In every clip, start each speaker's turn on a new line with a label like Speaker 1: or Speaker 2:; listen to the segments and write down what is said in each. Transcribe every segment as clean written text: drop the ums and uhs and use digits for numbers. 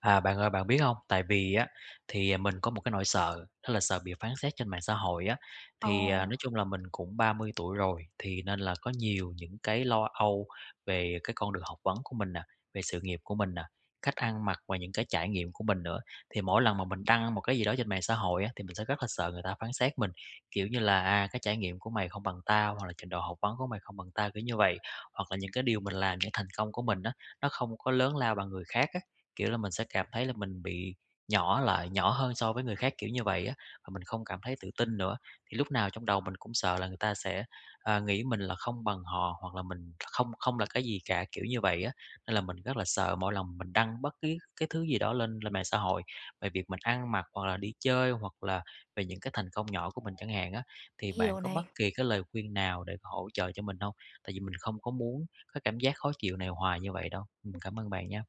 Speaker 1: À, bạn ơi, bạn biết không? Tại vì á, mình có một cái nỗi sợ, đó là sợ bị phán xét trên mạng xã hội á.
Speaker 2: Ồ,
Speaker 1: Nói chung là mình cũng 30 tuổi rồi, thì nên là có nhiều những cái lo âu về cái con đường học vấn của mình nè, về sự nghiệp của mình nè, cách ăn mặc và những cái trải nghiệm của mình nữa. Thì mỗi lần mà mình đăng một cái gì đó trên mạng xã hội á, thì mình sẽ rất là sợ người ta phán xét mình, kiểu như là "À, cái trải nghiệm của mày không bằng tao" hoặc là "Trình độ học vấn của mày không bằng tao", kiểu như vậy. Hoặc là những cái điều mình làm, những thành công của mình á, nó không có lớn lao bằng người khác á. Kiểu là, mình sẽ cảm thấy là mình bị nhỏ lại, nhỏ hơn so với người khác, kiểu như vậy á, và mình không cảm thấy tự tin nữa. Thì lúc nào trong đầu mình cũng sợ là người ta sẽ, nghĩ mình là không bằng họ hoặc là mình không không là cái gì cả, kiểu như vậy á. Nên là mình rất là sợ mỗi lần mình đăng bất cứ cái thứ gì đó lên lên mạng xã hội, về việc mình ăn mặc hoặc là đi chơi, hoặc là về những cái thành công nhỏ của mình chẳng hạn á. Thì bạn
Speaker 2: hiểu
Speaker 1: có
Speaker 2: này.
Speaker 1: bất kỳ cái lời khuyên nào để hỗ trợ cho mình không? Tại vì mình không có muốn cái cảm giác khó chịu này hoài như vậy đâu.
Speaker 2: Ừm.
Speaker 1: Cảm ơn bạn nha.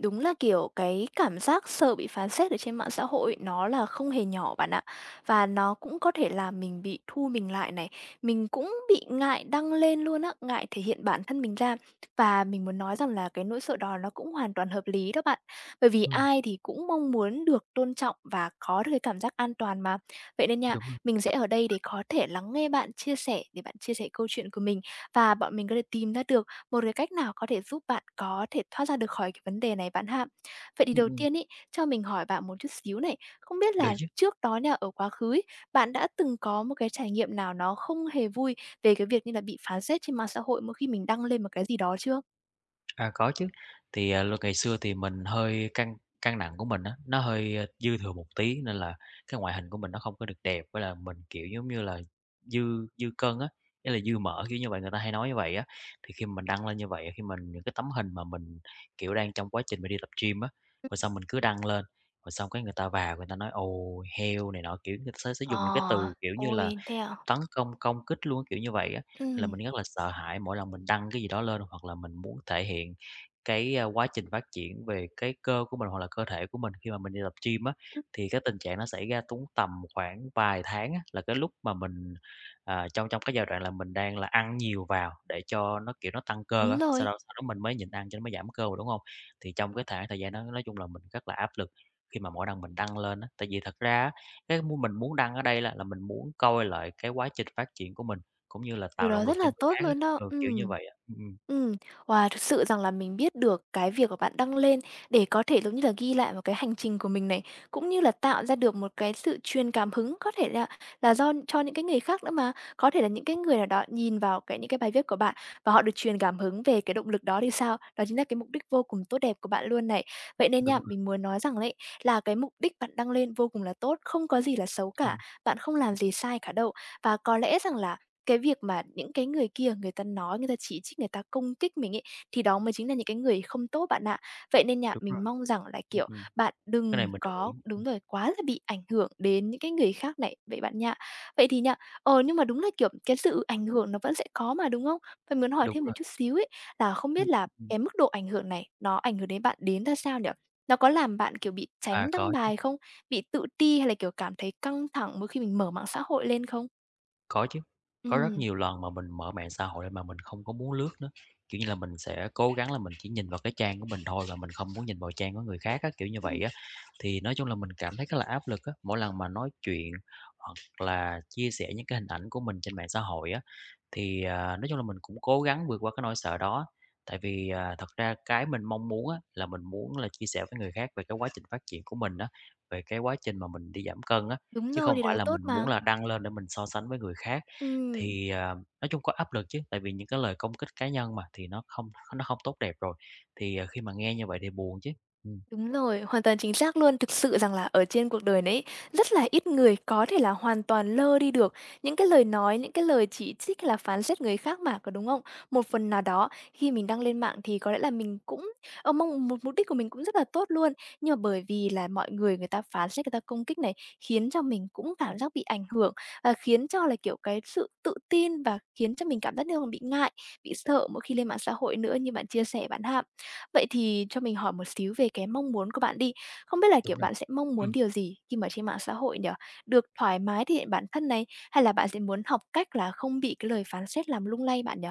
Speaker 2: Đúng là, cái cảm giác sợ bị phán xét ở trên mạng xã hội nó là không hề nhỏ bạn ạ. Và nó cũng có thể làm mình bị thu mình lại này, mình cũng bị ngại đăng lên luôn á, ngại thể hiện bản thân mình ra. Và mình muốn nói rằng là cái nỗi sợ đó nó cũng hoàn toàn hợp lý đó bạn, bởi vì
Speaker 1: Ừm,
Speaker 2: ai thì cũng mong muốn được tôn trọng và có được cái cảm giác an toàn mà. Vậy nên nha,
Speaker 1: đúng rồi.
Speaker 2: mình sẽ ở đây để có thể lắng nghe bạn chia sẻ, để bạn chia sẻ câu chuyện của mình và bọn mình có thể tìm ra được một cái cách nào có thể giúp bạn có thể thoát ra được khỏi cái vấn đề này bạn ha? Vậy thì
Speaker 1: Ừm,
Speaker 2: đầu
Speaker 1: ừm,
Speaker 2: tiên ấy, cho mình hỏi bạn một chút xíu này, không biết
Speaker 1: được
Speaker 2: là
Speaker 1: chứ.
Speaker 2: trước đó nha, ở quá khứ ấy, bạn đã từng có một cái trải nghiệm nào nó không hề vui về cái việc như là bị phán xét trên mạng xã hội mỗi khi mình đăng lên một cái gì đó chưa?
Speaker 1: À, có chứ. Lúc ngày xưa thì mình hơi căng căng nặng của mình á, nó hơi, dư thừa một tí nên là cái ngoại hình của mình nó không có được đẹp, với là mình, kiểu, giống như là, dư dư cân á, ý là dư mỡ, kiểu như vậy, người ta hay nói như vậy á. Thì khi mình đăng lên như vậy, khi mình những cái tấm hình mà mình, kiểu, đang trong quá trình mình đi tập gym á,
Speaker 2: Ừm.
Speaker 1: rồi xong mình cứ đăng lên, rồi xong cái người ta vào người ta nói: "Ồ, heo" này nọ, kiểu, người ta sẽ sử dụng
Speaker 2: Ờ,
Speaker 1: những cái từ, kiểu như là
Speaker 2: ôi, thế à?
Speaker 1: tấn công công kích luôn kiểu như vậy á. Nên là
Speaker 2: Ừm,
Speaker 1: mình rất là sợ hãi mỗi lần mình đăng cái gì đó lên hoặc là mình muốn thể hiện cái, quá trình phát triển về cái cơ của mình hoặc là cơ thể của mình khi mà mình đi tập gym á, thì cái tình trạng nó xảy ra đúng tầm khoảng vài tháng á, là cái lúc mà mình, trong trong cái giai đoạn là mình đang là ăn nhiều vào để cho nó, kiểu, nó tăng cơ
Speaker 2: đúng
Speaker 1: á, sau
Speaker 2: rồi,
Speaker 1: đó sau đó mình mới nhịn ăn cho nó mới giảm cơ mà, đúng không? Thì trong cái khoảng thời gian đó nói chung là mình rất là áp lực khi mà mỗi lần mình đăng lên á, tại vì thật ra cái mu mình muốn đăng ở đây là mình muốn coi lại cái quá trình phát triển của mình, cũng như là
Speaker 2: điều
Speaker 1: tạo
Speaker 2: đó
Speaker 1: động
Speaker 2: rất
Speaker 1: lực cho
Speaker 2: là
Speaker 1: người
Speaker 2: tốt
Speaker 1: khác á,
Speaker 2: luôn đó,
Speaker 1: ừ, kiểu như vậy á.
Speaker 2: Ừm, wow, thực sự rằng là mình biết được cái việc mà bạn đăng lên để có thể, giống như là, ghi lại một cái hành trình của mình này, cũng như là tạo ra được một cái sự truyền cảm hứng có thể là do cho những cái người khác nữa mà. Có thể là những cái người nào đó nhìn vào cái những cái bài viết của bạn và họ được truyền cảm hứng về cái động lực đó thì sao? Đó chính là cái mục đích vô cùng tốt đẹp của bạn luôn này. Vậy nên
Speaker 1: Đúng
Speaker 2: nha,
Speaker 1: rồi,
Speaker 2: mình muốn nói rằng đấy, là cái mục đích bạn đăng lên vô cùng là tốt, không có gì là xấu cả,
Speaker 1: ừm,
Speaker 2: bạn không làm gì sai cả đâu. Và có lẽ rằng là cái việc mà những cái người kia người ta nói, người ta chỉ trích, người ta công kích mình ấy, thì đó mới chính là những cái người không tốt bạn ạ. Vậy nên nha,
Speaker 1: đúng
Speaker 2: mình
Speaker 1: rồi,
Speaker 2: mong rằng là,
Speaker 1: ừm, ừm,
Speaker 2: bạn
Speaker 1: cái này
Speaker 2: đừng
Speaker 1: mình đồng
Speaker 2: có
Speaker 1: ý,
Speaker 2: đúng rồi, quá là bị ảnh hưởng đến những cái người khác này, vậy bạn nha. Vậy thì nha, ờ, nhưng mà đúng là, cái sự ảnh hưởng nó vẫn sẽ có mà, đúng không? Mình muốn hỏi
Speaker 1: đúng
Speaker 2: thêm một
Speaker 1: rồi,
Speaker 2: chút xíu ấy, là không
Speaker 1: ừm,
Speaker 2: biết là
Speaker 1: ừm.
Speaker 2: cái mức độ ảnh hưởng này nó ảnh hưởng đến bạn đến ra sao nhỉ? Nó có làm bạn, bị
Speaker 1: À,
Speaker 2: tránh đăng
Speaker 1: có chứ,
Speaker 2: bài không? Bị tự ti hay là, cảm thấy căng thẳng mỗi khi mình mở mạng xã hội lên không?
Speaker 1: có chứ, có rất
Speaker 2: Ừm.
Speaker 1: nhiều lần mà mình mở mạng xã hội lên mà mình không có muốn lướt nữa, kiểu như là, mình sẽ cố gắng là mình chỉ nhìn vào cái trang của mình thôi và mình không muốn nhìn vào trang của người khác á, kiểu như
Speaker 2: Ừm.
Speaker 1: vậy á. Thì nói chung là mình cảm thấy rất là áp lực á, mỗi lần mà nói chuyện hoặc là chia sẻ những cái hình ảnh của mình trên mạng xã hội á. Nói chung là mình cũng cố gắng vượt qua cái nỗi sợ đó, tại vì, thật ra cái mình mong muốn á, là mình muốn là chia sẻ với người khác về cái quá trình phát triển của mình á, về cái quá trình mà mình đi giảm cân á,
Speaker 2: Đúng
Speaker 1: chứ
Speaker 2: rồi,
Speaker 1: không
Speaker 2: thì đó
Speaker 1: phải là
Speaker 2: tốt
Speaker 1: mình
Speaker 2: mà.
Speaker 1: muốn là đăng lên để mình so sánh với người khác.
Speaker 2: Ừm,
Speaker 1: Thì, à, nói chung có áp lực chứ, tại vì những cái lời công kích cá nhân mà, thì nó không tốt đẹp rồi, thì, khi mà nghe như vậy thì buồn chứ. Ừm,
Speaker 2: đúng rồi, hoàn toàn chính xác luôn. Thực sự rằng là ở trên cuộc đời này ấy, rất là ít người có thể là hoàn toàn lơ đi được những cái lời nói, những cái lời chỉ trích hay là phán xét người khác mà, có đúng không? Một phần nào đó khi mình đăng lên mạng thì có lẽ là mình cũng ờ, mong một mục đích của mình cũng rất là tốt luôn, nhưng mà bởi vì là mọi người người ta phán xét, người ta công kích này, khiến cho mình cũng cảm giác bị ảnh hưởng và khiến cho là, cái sự tự tin và khiến cho mình cảm giác như là bị ngại, bị sợ mỗi khi lên mạng xã hội nữa như bạn chia sẻ bạn ha. Vậy thì cho mình hỏi một xíu về cái mong muốn của bạn đi. Không biết là,
Speaker 1: đúng rồi.
Speaker 2: bạn sẽ mong muốn điều gì khi mà trên mạng xã hội nhỉ? Được thoải mái thể hiện bản thân này, hay là bạn sẽ muốn học cách là không bị cái lời phán xét làm lung lay bạn nhỉ?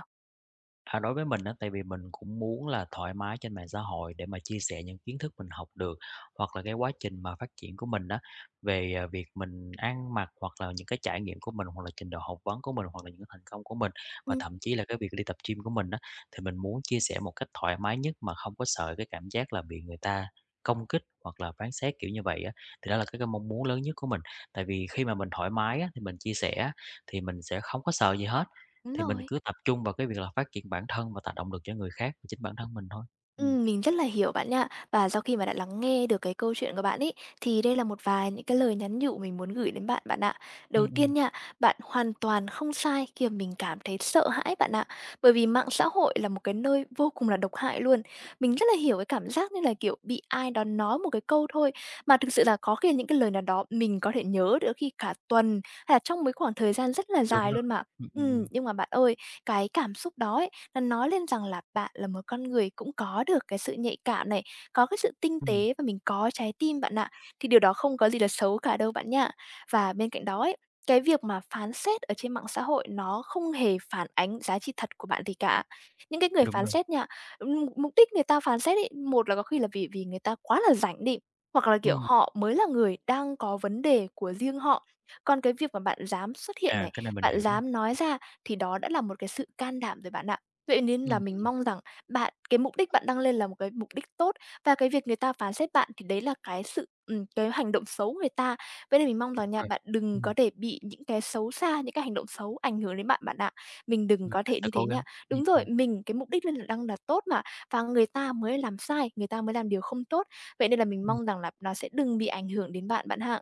Speaker 1: À, đối với mình á, tại vì mình cũng muốn là thoải mái trên mạng xã hội để mà chia sẻ những kiến thức mình học được, hoặc là cái quá trình mà phát triển của mình đó về, việc mình ăn mặc, hoặc là những cái trải nghiệm của mình, hoặc là trình độ học vấn của mình, hoặc là những cái thành công của mình, và
Speaker 2: Ừm.
Speaker 1: thậm chí là cái việc đi tập gym của mình đó. Thì mình muốn chia sẻ một cách thoải mái nhất mà không có sợ cái cảm giác là bị người ta công kích hoặc là phán xét, kiểu như vậy á. Thì đó là cái mong muốn lớn nhất của mình, tại vì khi mà mình thoải mái á, thì mình chia sẻ á, thì mình sẽ không có sợ gì hết,
Speaker 2: Đúng
Speaker 1: thì mình
Speaker 2: rồi.
Speaker 1: cứ tập trung vào cái việc là phát triển bản thân và tạo động lực cho người khác và chính bản thân mình thôi. Ừm.
Speaker 2: Mình rất là hiểu bạn nha. Và sau khi mà đã lắng nghe được cái câu chuyện của bạn ấy, thì đây là một vài những cái lời nhắn nhủ mình muốn gửi đến bạn, bạn ạ.
Speaker 1: Ừm,
Speaker 2: Đầu tiên
Speaker 1: ừm,
Speaker 2: nha, bạn hoàn toàn không sai khi mà mình cảm thấy sợ hãi bạn ạ. Bởi vì mạng xã hội là một cái nơi vô cùng là độc hại luôn. Mình rất là hiểu cái cảm giác như là, bị ai đó nói một cái câu thôi, mà thực sự là có khi là những cái lời nào đó mình có thể nhớ được khi cả tuần, hay là trong mấy khoảng thời gian rất là
Speaker 1: đúng
Speaker 2: dài
Speaker 1: rồi.
Speaker 2: luôn mà.
Speaker 1: Ừm, ừm,
Speaker 2: Ừ
Speaker 1: ừm.
Speaker 2: nhưng mà bạn ơi, cái cảm xúc đó ấy, nó nói lên rằng là bạn là một con người cũng có được cái sự nhạy cảm này, có cái sự tinh
Speaker 1: Ừm,
Speaker 2: tế và mình có trái tim bạn ạ. Thì điều đó không có gì là xấu cả đâu bạn nha. Và bên cạnh đó ấy, cái việc mà phán xét ở trên mạng xã hội nó không hề phản ánh giá trị thật của bạn gì cả. Những cái người
Speaker 1: đúng
Speaker 2: phán
Speaker 1: rồi.
Speaker 2: xét nha, mục đích người ta phán xét ấy, một là có khi là vì vì người ta quá là rảnh đi, hoặc là,
Speaker 1: Ừm.
Speaker 2: họ mới là người đang có vấn đề của riêng họ. Còn cái việc mà bạn dám xuất hiện
Speaker 1: À,
Speaker 2: này,
Speaker 1: cái này mình
Speaker 2: bạn
Speaker 1: hiểu nha.
Speaker 2: dám nói ra thì đó đã là một cái sự can đảm rồi bạn ạ. Vậy nên là
Speaker 1: Ừm,
Speaker 2: mình mong rằng bạn cái mục đích bạn đăng lên là một cái mục đích tốt và cái việc người ta phán xét bạn thì đấy là cái sự cái hành động xấu của người ta. Vậy nên mình mong rằng
Speaker 1: đúng
Speaker 2: nha,
Speaker 1: rồi.
Speaker 2: bạn đừng có
Speaker 1: Ừm,
Speaker 2: để bị những cái xấu xa, những cái hành động xấu ảnh hưởng đến bạn bạn ạ. Mình đừng
Speaker 1: ừm.
Speaker 2: có thể như
Speaker 1: Sẽ
Speaker 2: thế
Speaker 1: cố gắng.
Speaker 2: nha.
Speaker 1: Ừm,
Speaker 2: Đúng rồi,
Speaker 1: ừm.
Speaker 2: mình cái mục đích lên là đăng là tốt mà và người ta mới làm sai, người ta mới làm điều không tốt. Vậy nên là mình mong rằng là nó sẽ đừng bị ảnh hưởng đến bạn bạn ha.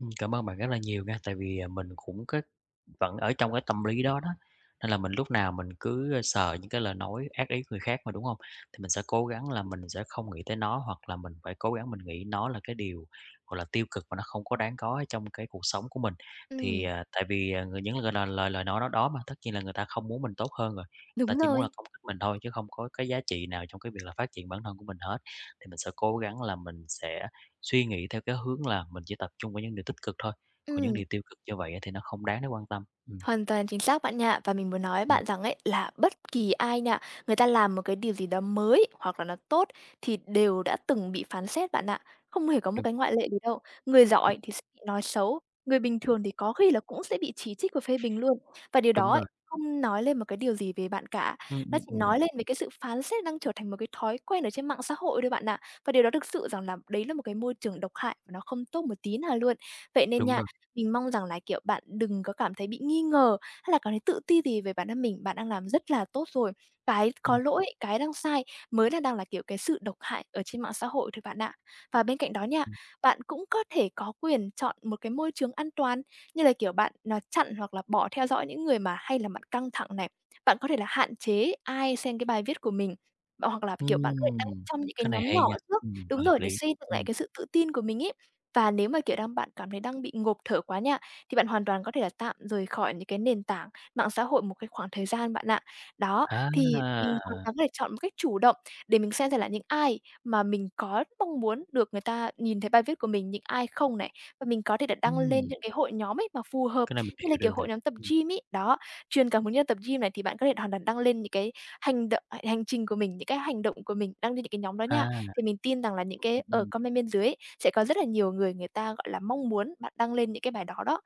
Speaker 1: Cảm ơn bạn rất là nhiều nha, tại vì, mình cũng cái vẫn ở trong cái tâm lý đó đó, nên là mình lúc nào mình cứ, sợ những cái lời nói ác ý người khác mà, đúng không? Thì mình sẽ cố gắng là mình sẽ không nghĩ tới nó, hoặc là mình phải cố gắng mình nghĩ nó là cái điều, gọi là, tiêu cực và nó không có đáng có ở trong cái cuộc sống của mình. Thì,
Speaker 2: Ừm,
Speaker 1: tại vì, người những lời lời lời lời nói đó đó mà, tất nhiên là người ta không muốn mình tốt hơn rồi, người ta
Speaker 2: đúng
Speaker 1: chỉ muốn là
Speaker 2: rồi.
Speaker 1: công kích mình thôi chứ không có cái giá trị nào trong cái việc là phát triển bản thân của mình hết. Thì mình sẽ cố gắng là mình sẽ suy nghĩ theo cái hướng là mình chỉ tập trung vào những điều tích cực thôi, còn những
Speaker 2: Ừm,
Speaker 1: điều tiêu cực như vậy á thì nó không đáng để quan tâm.
Speaker 2: hoàn toàn chính xác bạn nha. Và mình muốn nói với
Speaker 1: Ừm,
Speaker 2: bạn rằng ấy là bất kỳ ai nha, người ta làm một cái điều gì đó mới hoặc là nó tốt thì đều đã từng bị phán xét bạn ạ. Không hề có một
Speaker 1: đúng,
Speaker 2: cái ngoại lệ gì đâu. Người
Speaker 1: ừm,
Speaker 2: giỏi thì sẽ bị nói xấu, người bình thường thì có khi là cũng sẽ bị chỉ trích và phê bình luôn. Và điều đó
Speaker 1: đúng
Speaker 2: ấy,
Speaker 1: rồi,
Speaker 2: không nói lên một cái điều gì về bạn cả.
Speaker 1: ừm,
Speaker 2: Nó
Speaker 1: ừm,
Speaker 2: chỉ
Speaker 1: ừm,
Speaker 2: nói lên về cái sự phán xét đang trở thành một cái thói quen ở trên mạng xã hội thôi bạn ạ. Và điều đó thực sự rằng là đấy là một cái môi trường độc hại và nó không tốt một tí nào luôn. Vậy nên
Speaker 1: đúng
Speaker 2: nha
Speaker 1: rồi,
Speaker 2: mình mong rằng là, bạn đừng có cảm thấy bị nghi ngờ hay là cảm thấy tự ti gì về bản thân mình, bạn đang làm rất là tốt rồi. Cái có
Speaker 1: ừm,
Speaker 2: lỗi, cái đang sai mới là đang là, cái sự độc hại ở trên mạng xã hội thôi bạn ạ. Và bên cạnh đó nha,
Speaker 1: ừm,
Speaker 2: bạn cũng có thể có quyền chọn một cái môi trường an toàn như là, bạn, chặn hoặc là bỏ theo dõi những người mà hay là bạn căng thẳng này. Bạn có thể là hạn chế ai xem cái bài viết của mình, bạn hoặc là, bạn có thể đăng
Speaker 1: ừm,
Speaker 2: trong những cái
Speaker 1: cái này
Speaker 2: nhóm
Speaker 1: hay
Speaker 2: nhỏ
Speaker 1: nha,
Speaker 2: trước đúng
Speaker 1: hợp
Speaker 2: rồi, để
Speaker 1: lý,
Speaker 2: xây dựng lại
Speaker 1: ừm,
Speaker 2: cái sự tự tin của mình ý. Và nếu mà, đang bạn cảm thấy đang bị ngộp thở quá nha, thì bạn hoàn toàn có thể là tạm rời khỏi những cái nền tảng mạng xã hội một cái khoảng thời gian bạn ạ. Đó,
Speaker 1: à,
Speaker 2: thì mình hoàn toàn có thể chọn một cách chủ động để mình xem là những ai mà mình có mong muốn được người ta nhìn thấy bài viết của mình, những ai không này. Và mình có thể là đăng lên
Speaker 1: ừm,
Speaker 2: những cái hội nhóm ấy mà phù hợp,
Speaker 1: cái này mình
Speaker 2: như
Speaker 1: hiểu
Speaker 2: là,
Speaker 1: được nè,
Speaker 2: hội nhóm tập
Speaker 1: ừm,
Speaker 2: gym ấy, đó, truyền cảm hứng cho tập gym này thì bạn có thể hoàn toàn đăng lên những cái hành trình của mình, những cái hành động của mình đăng lên những cái nhóm đó nha.
Speaker 1: à,
Speaker 2: Thì mình tin rằng là những cái ở
Speaker 1: ừm.
Speaker 2: comment bên dưới ấy, sẽ có rất là nhiều người người ta, gọi là, mong muốn bạn đăng lên những cái bài đó đó.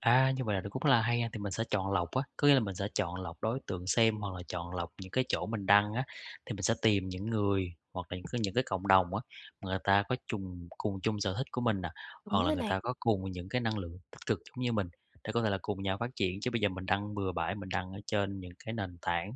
Speaker 1: À, như vậy là nó cũng là hay ha, thì mình sẽ chọn lọc á, có nghĩa là mình sẽ chọn lọc đối tượng xem hoặc là chọn lọc những cái chỗ mình đăng á, thì mình sẽ tìm những người hoặc là những cái cộng đồng á, mà người ta có chung cùng chung sở thích của mình nè, hoặc
Speaker 2: Đúng
Speaker 1: là
Speaker 2: rồi
Speaker 1: người
Speaker 2: này.
Speaker 1: ta có cùng những cái năng lượng tích cực giống như mình, để có thể là cùng nhau phát triển, chứ bây giờ mình đăng bừa bãi, mình đăng ở trên những cái nền tảng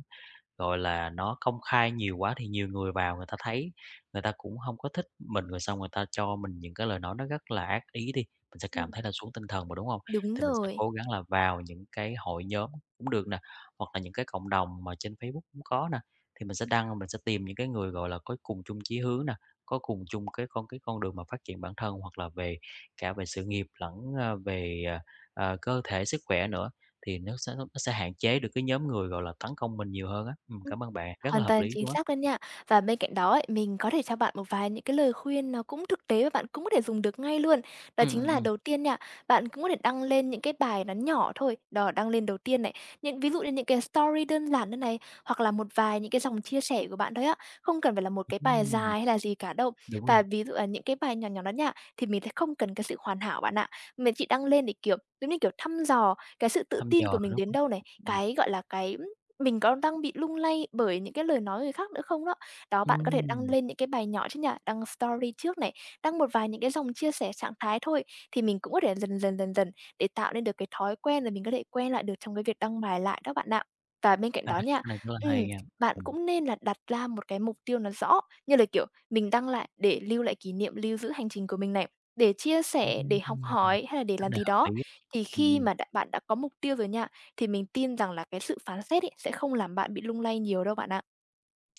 Speaker 1: gọi là, nó công khai nhiều quá thì nhiều người vào người ta thấy, người ta cũng không có thích mình, rồi xong người ta cho mình những cái lời nói nó rất là ác ý đi, mình sẽ
Speaker 2: Ừm.
Speaker 1: cảm thấy là xuống tinh thần mà, đúng không?
Speaker 2: Đúng
Speaker 1: Thì mình sẽ
Speaker 2: rồi.
Speaker 1: cố gắng là vào những cái hội nhóm cũng được nè, hoặc là những cái cộng đồng mà trên Facebook cũng có nè, thì mình sẽ đăng, mình sẽ tìm những cái người, gọi là, có cùng chung chí hướng nè, có cùng chung cái con đường mà phát triển bản thân, hoặc là về cả về sự nghiệp lẫn, về, cơ thể, sức khỏe nữa. Thì nó sẽ hạn chế được cái nhóm người, gọi là, tấn công mình nhiều hơn á.
Speaker 2: Ừm,
Speaker 1: Cảm ơn bạn, rất là
Speaker 2: hoàn
Speaker 1: hợp
Speaker 2: toàn
Speaker 1: lý
Speaker 2: chính
Speaker 1: luôn á.
Speaker 2: xác luôn nha. Và bên cạnh đó ấy, mình có thể cho bạn một vài những cái lời khuyên nó cũng thực tế và bạn cũng có thể dùng được ngay luôn. Đó
Speaker 1: Ừm,
Speaker 2: chính
Speaker 1: ừm,
Speaker 2: là
Speaker 1: ừm.
Speaker 2: đầu tiên nha, bạn cũng có thể đăng lên những cái bài nó nhỏ thôi, đó, đăng lên đầu tiên này, những ví dụ như những cái story đơn giản như này, hoặc là một vài những cái dòng chia sẻ của bạn thôi á, không cần phải là một cái bài dài
Speaker 1: Ừm,
Speaker 2: hay là gì cả đâu.
Speaker 1: đúng rồi,
Speaker 2: Và ví dụ là những cái bài nhỏ nhỏ đó nha, thì mình sẽ không cần cái sự hoàn hảo bạn ạ. Mình chỉ đăng lên để, kiểu, giống như kiểu, thăm dò cái sự tự
Speaker 1: thăm
Speaker 2: tin
Speaker 1: dò
Speaker 2: của
Speaker 1: rồi,
Speaker 2: mình
Speaker 1: đúng
Speaker 2: đến
Speaker 1: hông?
Speaker 2: đâu này,
Speaker 1: Ừm,
Speaker 2: cái, gọi là, cái mình có đang bị lung lay bởi những cái lời nói người khác nữa không đó. Đó, bạn có thể đăng
Speaker 1: ừm,
Speaker 2: lên những cái bài nhỏ chứ nhỉ? Đăng story trước này, đăng một vài những cái dòng chia sẻ trạng thái thôi, thì mình cũng có thể dần dần, dần dần để tạo nên được cái thói quen rồi mình có thể quen lại được trong cái việc đăng bài lại đó bạn ạ. Và bên cạnh
Speaker 1: à,
Speaker 2: đó nha,
Speaker 1: cái này rất là
Speaker 2: ừm,
Speaker 1: hay nha.
Speaker 2: bạn
Speaker 1: Ừm,
Speaker 2: cũng nên là đặt ra một cái mục tiêu nó rõ, như là, kiểu, mình đăng lại để lưu lại kỷ niệm, lưu giữ hành trình của mình này, để chia sẻ, để học
Speaker 1: ừm,
Speaker 2: hỏi hay là để
Speaker 1: cách
Speaker 2: làm
Speaker 1: này
Speaker 2: gì
Speaker 1: hợp
Speaker 2: đó.
Speaker 1: lý á.
Speaker 2: Thì khi
Speaker 1: Ừm.
Speaker 2: mà đã bạn đã có mục tiêu rồi nha, thì mình tin rằng là cái sự phán xét ấy sẽ không làm bạn bị lung lay nhiều đâu bạn ạ.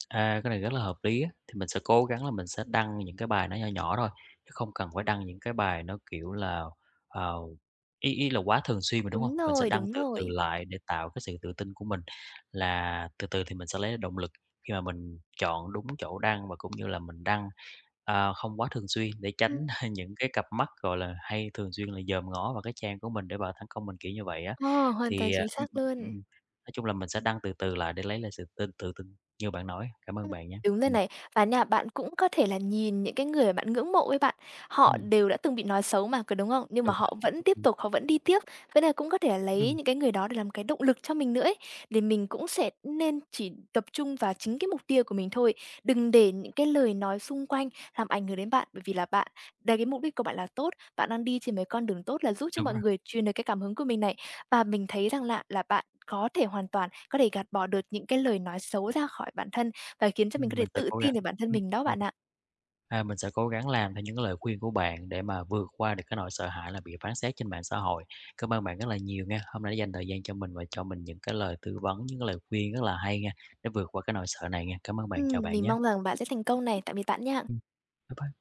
Speaker 1: À, cái này rất là hợp lý á, thì mình sẽ cố gắng là mình sẽ đăng những cái bài nó nhỏ nhỏ thôi, chứ không cần phải đăng những cái bài nó, kiểu là, ờ, ý ý là quá thường xuyên mà, đúng không?
Speaker 2: Đúng
Speaker 1: Mình sẽ
Speaker 2: rồi,
Speaker 1: đăng
Speaker 2: đúng
Speaker 1: từ từ
Speaker 2: rồi.
Speaker 1: lại để tạo cái sự tự tin của mình, là từ từ thì mình sẽ lấy động lực khi mà mình chọn đúng chỗ đăng và cũng như là mình đăng, không quá thường xuyên để
Speaker 2: Ừm.
Speaker 1: tránh những cái cặp mắt, gọi là, hay thường xuyên là dòm ngó vào cái trang của mình để vào tấn công mình, kiểu như vậy á.
Speaker 2: Ờ, hoàn toàn
Speaker 1: Thì,
Speaker 2: chính xác luôn.
Speaker 1: nói chung là mình sẽ đăng từ từ lại để lấy lại sự tự tin như bạn nói. Cảm ơn
Speaker 2: Ừm,
Speaker 1: bạn nhé.
Speaker 2: đúng rồi
Speaker 1: Ừm,
Speaker 2: này. Và nha, bạn cũng có thể là nhìn những cái người mà bạn ngưỡng mộ ấy bạn, họ
Speaker 1: ừm,
Speaker 2: đều đã từng bị nói xấu mà, có đúng không? Nhưng mà
Speaker 1: đúng rồi,
Speaker 2: họ vẫn
Speaker 1: ừm,
Speaker 2: tiếp
Speaker 1: ừm,
Speaker 2: tục, họ vẫn đi tiếp. Vậy là cũng có thể là lấy những cái người đó để làm cái động lực cho mình nữa ấy, để mình cũng sẽ nên chỉ tập trung vào chính cái mục tiêu của mình thôi. Đừng để những cái lời nói xung quanh làm ảnh hưởng đến bạn, bởi vì là bạn đấy, cái mục đích của bạn là tốt, bạn đang đi trên mấy con đường tốt là giúp cho
Speaker 1: đúng
Speaker 2: mọi
Speaker 1: rồi,
Speaker 2: người truyền được cái cảm hứng của mình này. Và mình thấy rằng là bạn có thể hoàn toàn có thể gạt bỏ được những cái lời nói xấu ra khỏi bản thân và khiến cho mình có thể
Speaker 1: mình sẽ
Speaker 2: tự
Speaker 1: cố
Speaker 2: tin
Speaker 1: gắng,
Speaker 2: về bản thân
Speaker 1: ừm,
Speaker 2: mình đó
Speaker 1: ừm,
Speaker 2: bạn ạ.
Speaker 1: à, mình sẽ cố gắng làm theo những lời khuyên của bạn để mà vượt qua được cái nỗi sợ hãi là bị phán xét trên mạng xã hội. Cảm ơn bạn rất là nhiều nha, hôm nay đã dành thời gian cho mình và cho mình những cái lời tư vấn, những cái lời khuyên rất là hay nha, để vượt qua cái nỗi sợ này nha. Cảm ơn bạn, chào bạn
Speaker 2: Mình
Speaker 1: nhé.
Speaker 2: mong rằng bạn sẽ thành công này. Tạm biệt bạn nha.
Speaker 1: Ừm, bye bye.